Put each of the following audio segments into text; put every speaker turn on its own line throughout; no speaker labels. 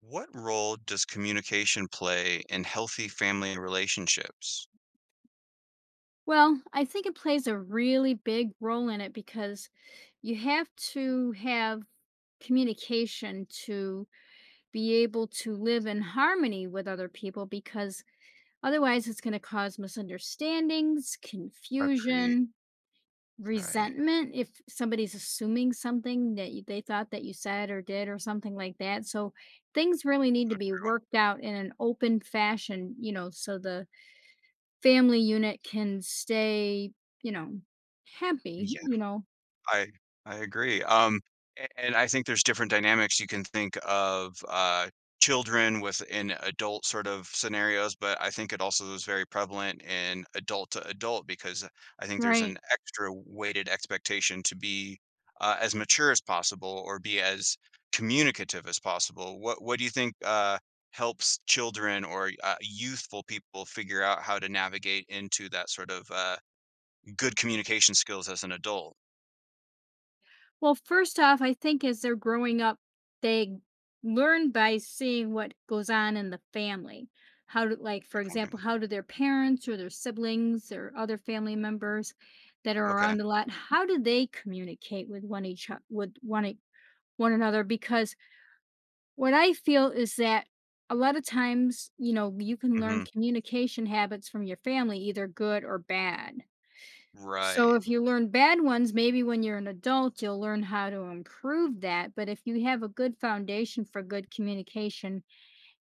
What role does communication play in healthy family relationships?
Well, I think it plays a really big role in it because you have to have communication to be able to live in harmony with other people because otherwise it's going to cause misunderstandings,
Agree.
confusion,
Right.
resentment if somebody's assuming something that they thought that you said or did or something like that. So things really need to be
True.
worked out in an open fashion, you know, so the family unit can stay, you know, happy.
I I agree, a and I think there's different dynamics you can think of, children within adult sort of scenarios, but I think it also is very prevalent in adult to adult because I think there's
Right.
an extra weighted expectation to be, as mature as possible or be as communicative as possible. What do you think, helps children or, youthful people figure out how to navigate into that sort of, good communication skills as an adult?
Well, first off, I think as they're growing up, they learn by seeing what goes on in the family. How do, like, for
Great point.
example, how do their parents or their siblings or other family members that are
Okay.
around a lot, how do they communicate with one each o- with one e- one another? Because What I feel is that a lot of times, you know, you can learn
Mhm.
communication habits from your family, either good or bad. So
Right.
if you learn bad ones, maybe when you're an adult, you'll learn how to improve that. But if you have a good foundation for good communication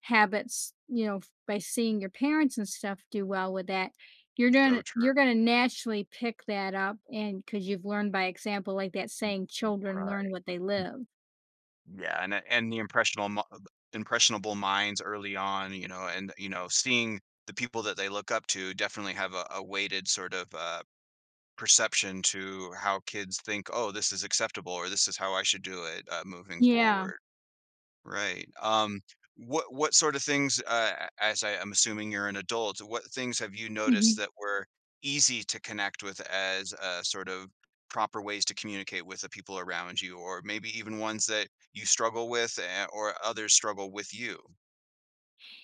habits, you know, by seeing your parents and stuff do well with that, you're
So
gonna
true,
you're gonna naturally pick that up, and because you've learned by example, like that saying, "Children learn
right.
what they live."
Yeah, and the impressionable mo impressionable minds early on, you know, and, you know, seeing the people that they look up to definitely have a weighted sort of, perception to how kids think, "Oh, this is acceptable," or, "This is how I should do it," moving
Yeah.
forward. Right. What sort of things, as I am assuming you're an adult, what things have you noticed
Hmm.
that were easy to connect with as sort of proper ways to communicate with the people around you, or maybe even ones that you struggle with, or others struggle with you?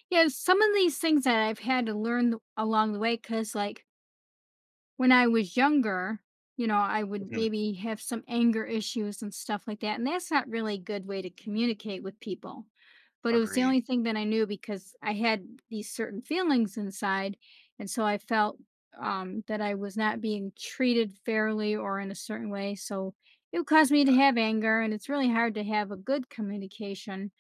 Yeah, some of these things that I've had to learn along the way, because like when I was younger, you know, I would
Mhm.
maybe have some anger issues and stuff like that. And that's not really a good way to communicate with people. But it was the
Agreed.
only thing that I knew because I had these certain feelings inside. And so I felt that I was not being treated fairly or in a certain way. So it caused me to have anger. And it's really hard to have a good communication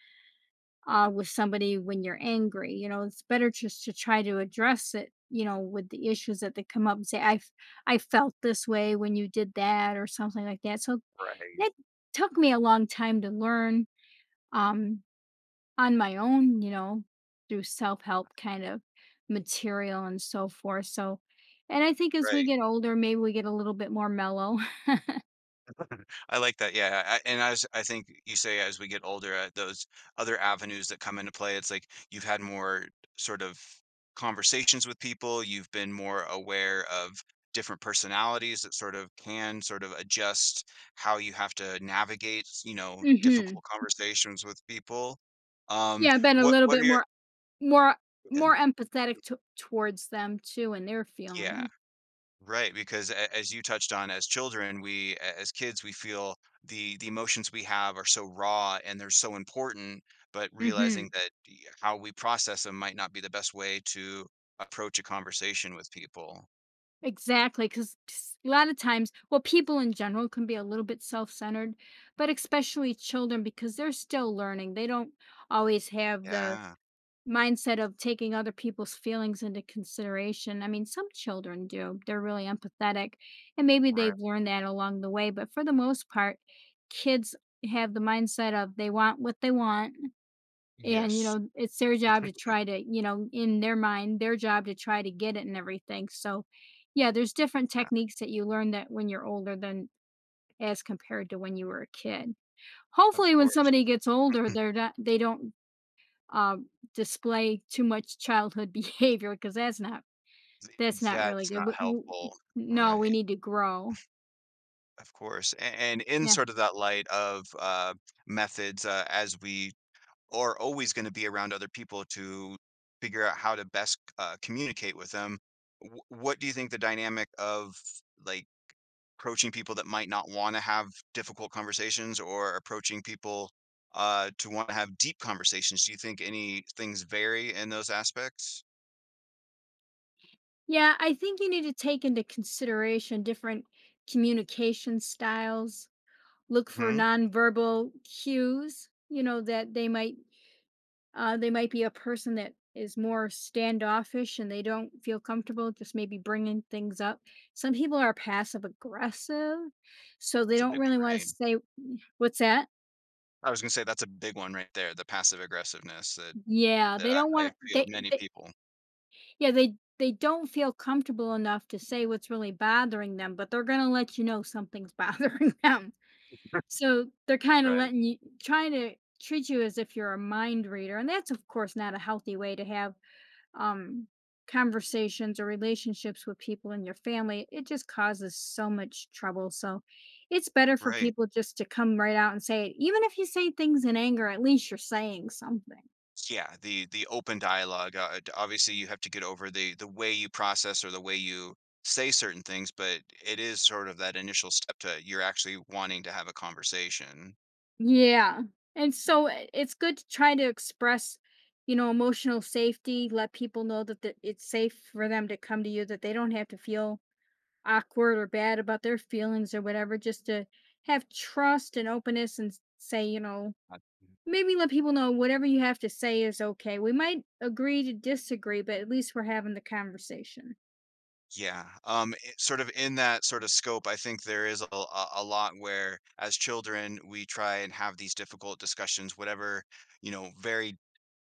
with somebody when you're angry. You know, it's better just to try to address it. You know, with the issues that they come up and say, I felt this way when you did that" or something like that. So
Right.
that took me a long time to learn, um, on my own. You know, through self help kind of material and so forth. So, and I think as we
Right.
get older, maybe we get a little bit more mellow.
I like that, yeah, I and as I think you say as we get older, those other avenues that come into play, it's like you've had more sort of conversations with people, you've been more aware of different personalities that sort of can sort of adjust how you have to navigate, you know,
Hmm.
difficult conversations with people.
Yeah, I've been a
What
little
what are
bit
your
more
and
more empathetic to towards them too and their
yeah.
feelings.
Right, because a as you touched on, as children, we a as kids, we feel the emotions we have are so raw and they're so important, but realizing
Hmm.
that y how we process them might not be the best way to approach a conversation with people.
Exactly, because a lot of times, well, people in general can be a little bit self-centered, but especially children because they're still learning. They don't always have the
Yeah,
mindset of taking other people's feelings into consideration. I mean, some children do. They're really empathetic, and maybe
right.
they've learned that along the way, but for the most part, kids have the mindset of they want what they want and, you
Yes,
know, it's their job to try to, you know, in their mind, their job to try to get it and everything. So, yeah, there's different
yeah,
techniques that you learn that when you're older than as compared to when you were a kid.
of
Hopefully, when
course.
somebody gets older, they don't uh, display too much childhood behavior because that's not really
That's
good.
not helpful.
No,
Right,
we need to grow.
of course, a and in
Yeah,
sort of that light of, methods, as we or always going to be around other people to figure out how to best communicate with them. What do you think the dynamic of like approaching people that might not want to have difficult conversations or approaching people to want to have deep conversations? Do you think any things vary in those aspects?
yeah. I think you need to take into consideration different communication styles, look for
hmm
nonverbal cues, you know, that they might be a person that is more standoffish and they don't feel comfortable just maybe bringing things up. Some people are passive aggressive, so they
That's a
don't
big
really
one,
want to
right?
say. What's that?
I was going to say that's a big one right there, the passive aggressiveness that
Yeah,
that
they don't
I
want
feel
they,
many
they
people.
yeah, they don't feel comfortable enough to say what's really bothering them, but they're going to let you know something's bothering them. So, they're kinda
Right.
letting you trying to treat you as if you're a mind reader, and that's, of course, not a healthy way to have, um, conversations or relationships with people in your family. It just causes so much trouble, so, it's better for
Right.
people just to come right out and say it. Even if you say things in anger, at least you're saying something.
Yeah, the open dialogue, d obviously, you have to get over the way you process or the way you say certain things, but it is sort of that initial step to you're actually wanting to have a conversation.
Yeah, and so, I it's good to try to express, you know, emotional safety, let people know that it's safe for them to come to you, that they don't have to feel awkward or bad about their feelings or whatever, just to have trust and openness and say, you know, maybe let people know whatever you have to say is okay. We might agree to disagree, but at least we're having the conversation.
Yeah, it sort of in that sort of scope, I think there is a a lot where, as children, we try and have these difficult discussions, whatever, you know, very,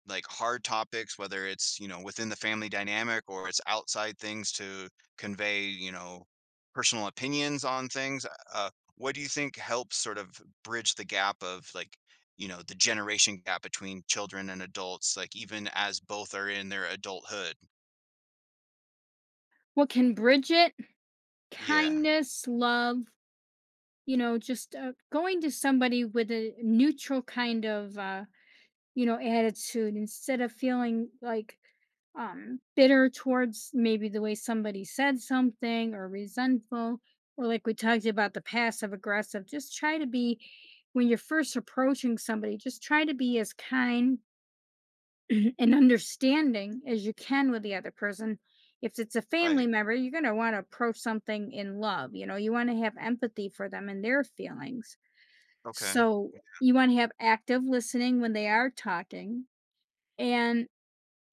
like, hard topics, whether it's, you know, within the family dynamic or it's outside things to convey, you know, personal opinions on things. Uh, what do you think helps sort of bridge the gap of, like, you know, the generation gap between children and adults, like, even as both are in their adulthood?
What can bridge it?
Yeah,
Kindness, love, you know, just going to somebody with a neutral kind of, you know, attitude instead of feeling like bitter towards maybe the way somebody said something or resentful, or like we talked about the passive aggressive, just try to be, when you're first approaching somebody, just try to be as kind and understanding as you can with the other person. If it's a
right,
family member, you're going to want to approach something in love. You know, you want to have empathy for them and their feelings,
okay.
so you want to have active listening when they are talking. And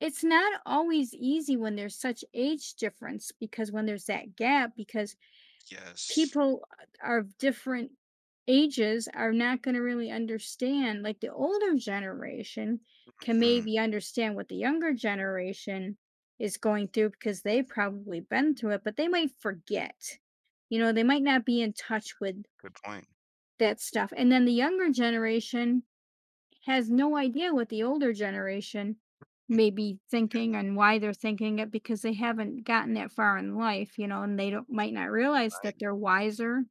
it's not always easy when there's such age difference, because when there's that gap, because
Yes.
people are of different ages are not going to really understand. Like the older generation can
Mhm.
maybe understand what the younger generation is going through because they've probably been through it, but they might forget. You know, they might not be in touch with
Good point.
that stuff. And then the younger generation has no idea what the older generation may be thinking and why they're thinking it because they haven't gotten that far in life, you know, and they don't might not realize
Right.
that they're wiser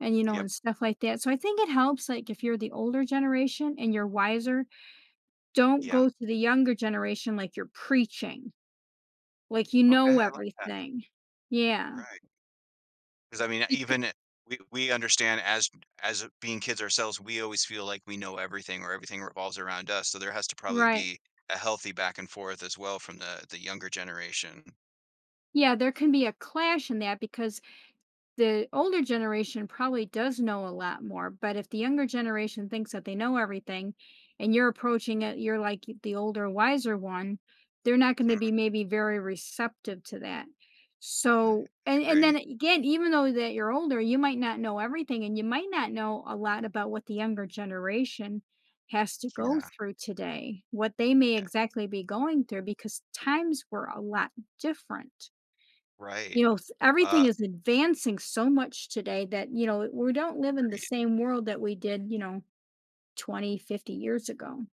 and, you know,
Yep.
and stuff like that. So I think it helps, like, if you're the older generation and you're wiser, don't
Yeah.
go to the younger generation like you're preaching, like you
Okay,
know
I like that.
everything. Yeah.
Right. Because I mean,
becau-
even we understand as being kids ourselves, we always feel like we know everything or everything revolves around us, so there has to probably
right.
be a healthy back and forth as well from the younger generation.
Yeah, there can be a clash in that because the older generation probably does know a lot more, but if the younger generation thinks that they know everything and you're approaching it, you're like the older, wiser one, they're not going to be
Mhm.
maybe very receptive to that.
I
So, and
agree.
then again, even though that you're older, you might not know everything and you might not know a lot about what the younger generation has to go
Yeah.
through today, what they may
Yeah.
exactly be going through because times were a lot different.
Right.
You know, s everything
Uh,
is advancing so much today that, you know, we don't live in the same world that we did, you know, 20, 50 years ago.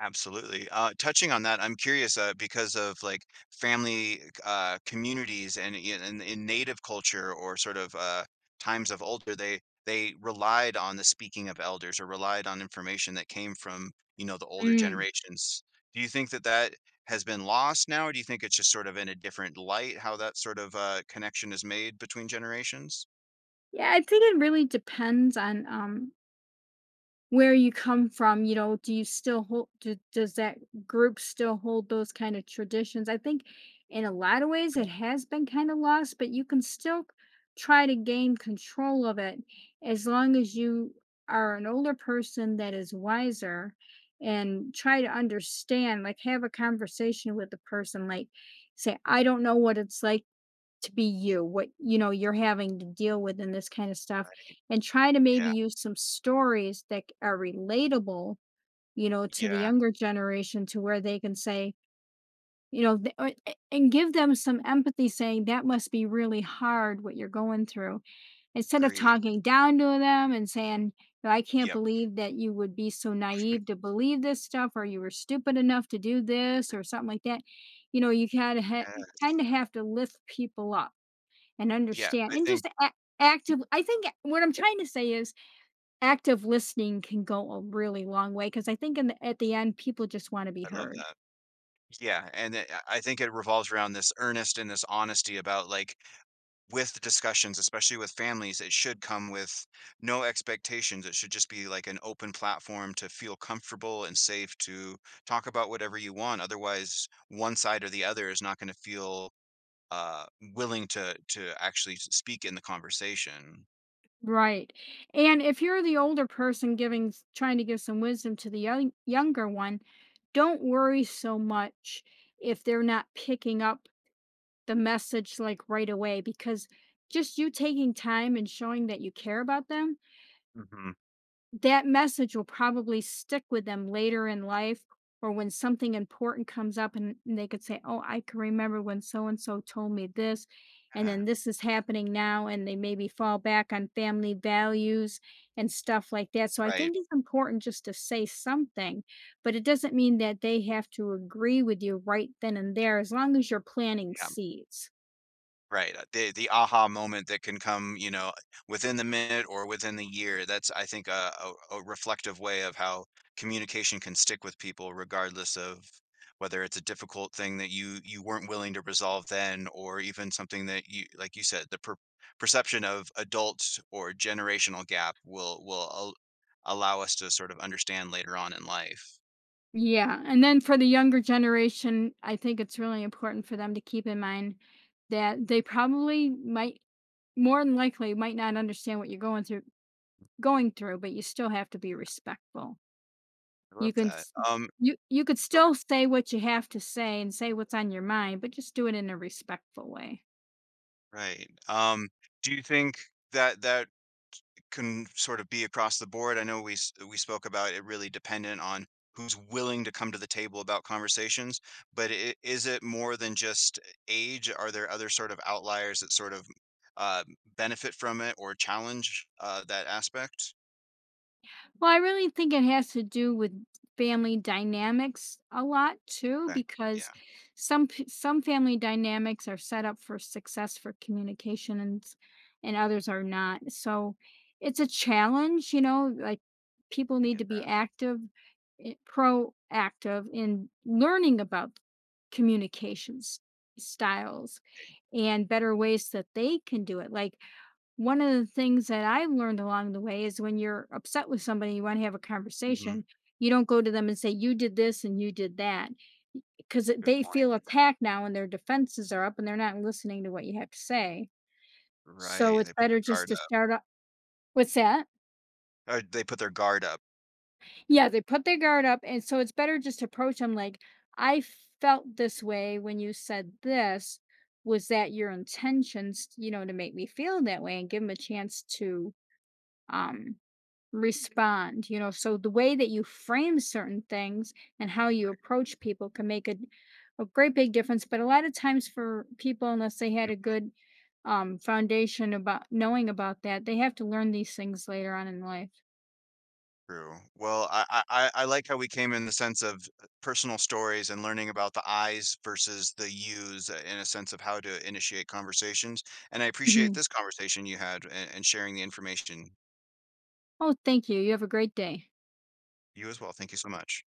Absolutely. Touching on that, I'm curious because of like family communities and in native culture or sort of times of older, they relied on the speaking of elders or relied on information that came from, you know, the older
Mm.
generations. Do you think that has been lost now, or do you think it's just sort of in a different light how that sort of connection is made between generations?
Yeah, I think it really depends on, where you come from. You know, do does that group still hold those kind of traditions? I think in a lot of ways
Yeah,
it has been kind of lost, but you can still try to gain control of it as long as you are an older person that is wiser and try to understand, like, have a conversation with the person, like, say, I don't know what it's like to be you, what, you know, you're having to deal with and this kind of stuff,
right.
and try to maybe
Yeah.
use some stories that are relatable, you know, to the
Yeah.
younger generation to where they can say, you know, and give them some empathy, saying that must be really hard what you're going through, instead of
Agreed.
talking down to them and saying, "Oh, I can't
Yep.
believe that you would be so naive to believe this stuff or you were stupid enough to do this or something like that. You know, you
Yes.
kind of have to lift people up and
Yeah. I
understand and
think.
just ac active, I think what I'm trying to say is active listening can go a really long way because I think in the at the end, people just wanna be
I love
heard.
that. Yeah, and it I think it revolves around this earnest and this honesty about, like, with discussions, especially with families, it should come with no expectations. It should just be like an open platform to feel comfortable and safe to talk about whatever you want. Otherwise, one side or the other is not gonna feel, uh, willing to actually s speak in the conversation.
Right, and if you're the older person giving s trying to give some wisdom to the younger one, don't worry so much if they're not picking up the message, like, right away, because just you taking time and showing that you care about them,
Mhm.
that message will probably stick with them later in life or when something important comes up and they could say, "Oh, I can remember when so and so told me this and
Yeah,
then this is happening now," and they maybe fall back on family values and stuff like that. So I
right,
think it's important just to say something, but it doesn't mean that they have to agree with you right then and there as long as you're planting
yeah.
seeds.
Right, the aha moment that can come, you know, within the minute or within the year, that's, I think, a a reflective way of how communication can stick with people regardless of whether it's a difficult thing that you weren't willing to resolve then or even something that you like you said, the perception of adult or generational gap will al allow us to sort of understand later on in life.
Yeah, and then for the younger generation, I think it's really important for them to keep in mind that they probably might, more than likely might not understand what you're going through, but you still have to be respectful.
I
You
love
can
that.
s- you you could still say what you have to say and say what's on your mind, but just do it in a respectful way.
Right, do you think that can sort of be across the board. I know we spoke about it really dependent on who's willing to come to the table about conversations, but is it more than just age? Are there other sort of outliers that sort of benefit from it or challenge that aspect?
Well, I really think it has to do with family dynamics a lot too,
Okay.
because
Yeah,
some family dynamics are set up for success for communication, and and others are not. So it's a challenge, you know. Like people
I
need
get
to be
that.
proactive in learning about communications styles
Okay.
and better ways that they can do it. Like one of the things that I have learned along the way is when you're upset with somebody, you want to have a
Mhm.
conversation, you don't go to them and say, You did this and you did that. Because
Good
they
point.
feel attacked now and their defenses are up and they're not listening to what you have to say. So
Right.
it's
They put their
better just
guard
to
up.
start up. What's that?
Or they put their guard up.
Yeah, they put their guard up. And so it's better just to approach them like, I felt this way when you said this. Was that your intentions, you know, to make me feel that way and give them a chance to um respond. You know, so the way that you frame certain things and how you
Right.
approach people can make a great big difference, but a lot of times for people, unless they had a good, foundation about knowing about that, they have to learn these things later on in life.
True. Well, I like how we came in the sense of personal stories and learning about the "I's" versus the "you's" in a sense of how to initiate conversations, and I appreciate
Hmm.
this conversation you had a and sharing the information.
Oh, thank you. You have a great day.
You as well, thank you so much.